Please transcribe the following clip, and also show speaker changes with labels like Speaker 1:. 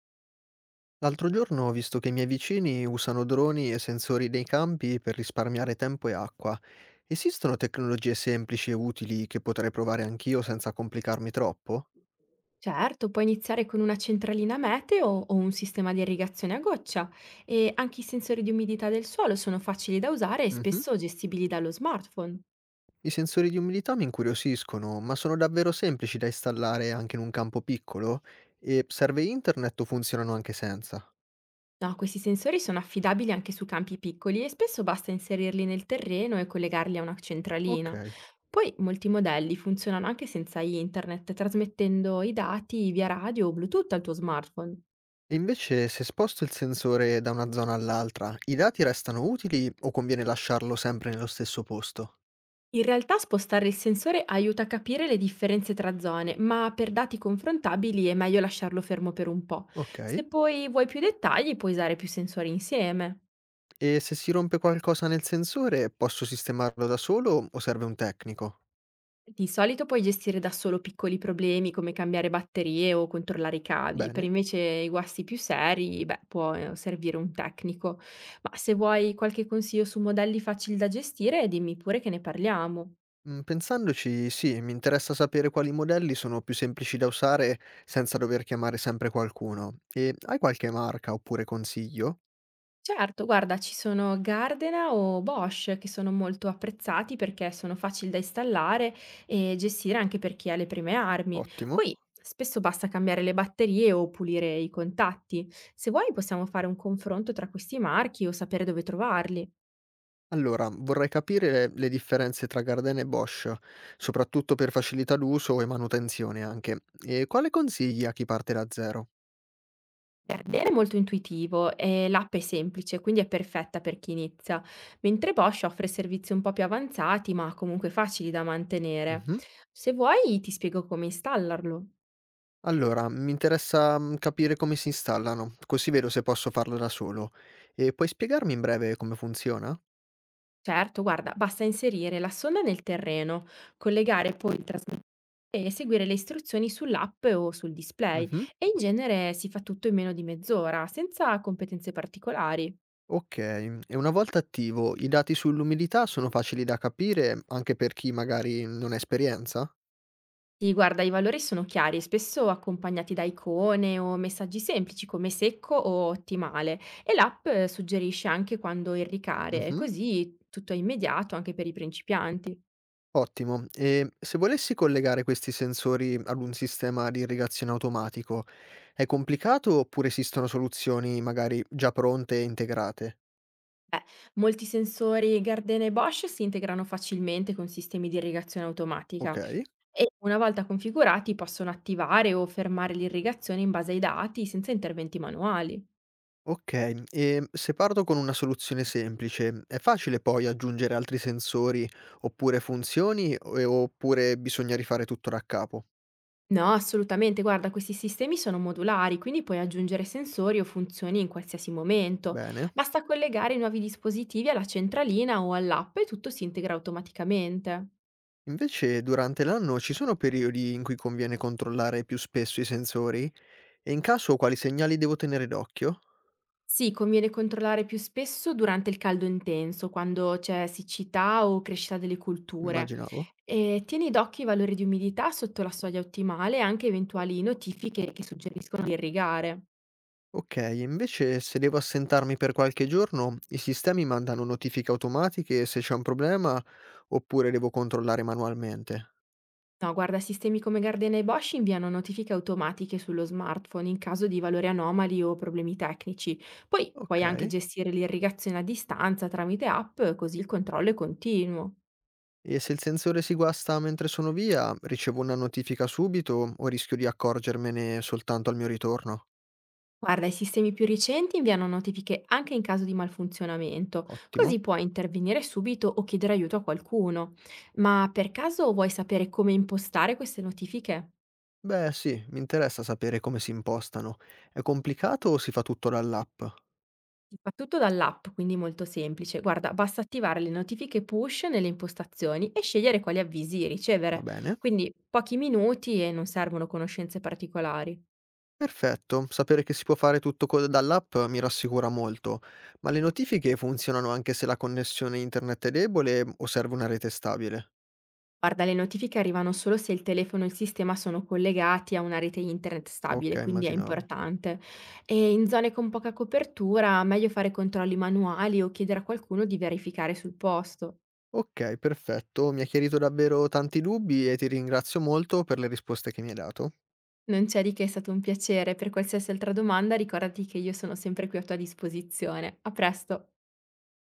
Speaker 1: L'altro giorno ho visto che i miei vicini usano droni e sensori nei campi per risparmiare tempo e acqua. Esistono tecnologie semplici e utili che potrei provare anch'io senza complicarmi troppo?
Speaker 2: Certo, puoi iniziare con una centralina meteo o un sistema di irrigazione a goccia e anche i sensori di umidità del suolo sono facili da usare e
Speaker 1: Mhm.
Speaker 2: spesso gestibili dallo smartphone.
Speaker 1: I sensori di umidità mi incuriosiscono, ma sono davvero semplici da installare anche in un campo piccolo? E serve internet o funzionano anche senza?
Speaker 2: No, questi sensori sono affidabili anche su campi piccoli e spesso basta inserirli nel terreno e collegarli a una
Speaker 1: Ok.
Speaker 2: centralina. Poi molti modelli funzionano anche senza internet, trasmettendo i dati via radio o Bluetooth al tuo smartphone.
Speaker 1: E invece se sposto il sensore da una zona all'altra, i dati restano utili o conviene lasciarlo sempre nello stesso posto?
Speaker 2: In realtà spostare il sensore aiuta a capire le differenze tra zone, ma per dati confrontabili è meglio lasciarlo fermo per un po'.
Speaker 1: Ok.
Speaker 2: Se poi vuoi più dettagli, puoi usare più sensori insieme.
Speaker 1: E se si rompe qualcosa nel sensore, posso sistemarlo da solo o serve un tecnico?
Speaker 2: Di solito puoi gestire da solo piccoli problemi come cambiare batterie o controllare i cavi, per
Speaker 1: Bene.
Speaker 2: invece i guasti più seri, beh, può servire un tecnico. Ma se vuoi qualche consiglio su modelli facili da gestire, dimmi pure che ne parliamo.
Speaker 1: Pensandoci, sì, mi interessa sapere quali modelli sono più semplici da usare senza dover chiamare sempre qualcuno. E hai qualche marca oppure consiglio?
Speaker 2: Certo, guarda, ci sono Gardena o Bosch che sono molto apprezzati perché sono facili da installare e gestire anche per chi ha le prime armi.
Speaker 1: Ottimo.
Speaker 2: Poi spesso basta cambiare le batterie o pulire i contatti. Se vuoi possiamo fare un confronto tra questi marchi o sapere dove trovarli.
Speaker 1: Allora, vorrei capire le differenze tra Garden e Bosch, soprattutto per facilità d'uso e manutenzione anche. E quale consigli a chi parte da zero?
Speaker 2: Gardena è molto intuitivo e l'app è semplice, quindi è perfetta per chi inizia, mentre Bosch offre servizi un po' più avanzati ma comunque facili da mantenere.
Speaker 1: Mhm.
Speaker 2: Se vuoi ti spiego come installarlo.
Speaker 1: Allora, mi interessa, capire come si installano, così vedo se posso farlo da solo. E puoi spiegarmi in breve come funziona?
Speaker 2: Certo, guarda, basta inserire la sonda nel terreno, collegare poi il trasmettente e seguire le istruzioni sull'app o sul display.
Speaker 1: Mh-mh.
Speaker 2: E in genere si fa tutto in meno di mezz'ora, senza competenze particolari.
Speaker 1: Okay, e una volta attivo, i dati sull'umidità sono facili da capire anche per chi magari non ha esperienza?
Speaker 2: Sì, guarda, i valori sono chiari, spesso accompagnati da icone o messaggi semplici come secco o ottimale. E l'app suggerisce anche quando irricare, e
Speaker 1: Mh-mh.
Speaker 2: così tutto è immediato anche per i principianti.
Speaker 1: Ottimo. E se volessi collegare questi sensori ad un sistema di irrigazione automatico, è complicato oppure esistono soluzioni magari già pronte e integrate?
Speaker 2: Beh, molti sensori Gardena e Bosch si integrano facilmente con sistemi di irrigazione automatica.
Speaker 1: Okay.
Speaker 2: E una volta configurati possono attivare o fermare l'irrigazione in base ai dati senza interventi manuali.
Speaker 1: Okay, se parto con una soluzione semplice, è facile poi aggiungere altri sensori oppure funzioni o oppure bisogna rifare tutto da capo?
Speaker 2: No, assolutamente, guarda, questi sistemi sono modulari, quindi puoi aggiungere sensori o funzioni in qualsiasi momento.
Speaker 1: Bene.
Speaker 2: Basta collegare i nuovi dispositivi alla centralina o all'app e tutto si integra automaticamente.
Speaker 1: Invece durante l'anno ci sono periodi in cui conviene controllare più spesso i sensori? E in caso quali segnali devo tenere d'occhio?
Speaker 2: Sì, conviene controllare più spesso durante il caldo intenso, quando c'è siccità o crescita delle colture.
Speaker 1: Immaginavo.
Speaker 2: E tieni d'occhio i valori di umidità sotto la soglia ottimale e anche eventuali notifiche che suggeriscono di irrigare.
Speaker 1: Okay, invece se devo assentarmi per qualche giorno, i sistemi mandano notifiche automatiche se c'è un problema oppure devo controllare manualmente?
Speaker 2: No, guarda, sistemi come Gardena e Bosch inviano notifiche automatiche sullo smartphone in caso di valori anomali o problemi tecnici. Poi puoi anche
Speaker 1: Okay.
Speaker 2: gestire l'irrigazione a distanza tramite app, così il controllo è continuo.
Speaker 1: E se il sensore si guasta mentre sono via, ricevo una notifica subito o rischio di accorgermene soltanto al mio ritorno?
Speaker 2: Guarda, i sistemi più recenti inviano notifiche anche in caso di malfunzionamento,
Speaker 1: Ottimo.
Speaker 2: così puoi intervenire subito o chiedere aiuto a qualcuno. Ma per caso vuoi sapere come impostare queste notifiche?
Speaker 1: Beh, sì, mi interessa sapere come si impostano. È complicato o si fa tutto dall'app? Va
Speaker 2: Si fa tutto dall'app, quindi molto semplice. Guarda, basta attivare le notifiche push nelle impostazioni e scegliere quali avvisi ricevere.
Speaker 1: bene.
Speaker 2: Quindi pochi minuti e non servono conoscenze particolari.
Speaker 1: Perfetto, sapere che si può fare tutto dall'app mi rassicura molto, ma le notifiche funzionano anche se la connessione internet è debole o serve una rete stabile?
Speaker 2: Guarda, le notifiche arrivano solo se il telefono e il sistema sono collegati a una rete internet
Speaker 1: Ok,
Speaker 2: stabile, quindi è
Speaker 1: immaginavo.
Speaker 2: importante. E in zone con poca copertura, meglio fare controlli manuali o chiedere a qualcuno di verificare sul posto.
Speaker 1: Ok, perfetto, mi ha chiarito davvero tanti dubbi e ti ringrazio molto per le risposte che mi hai dato.
Speaker 2: Non c'è di che, è stato un piacere. Per qualsiasi altra domanda, ricordati che io sono sempre qui a tua disposizione. A presto!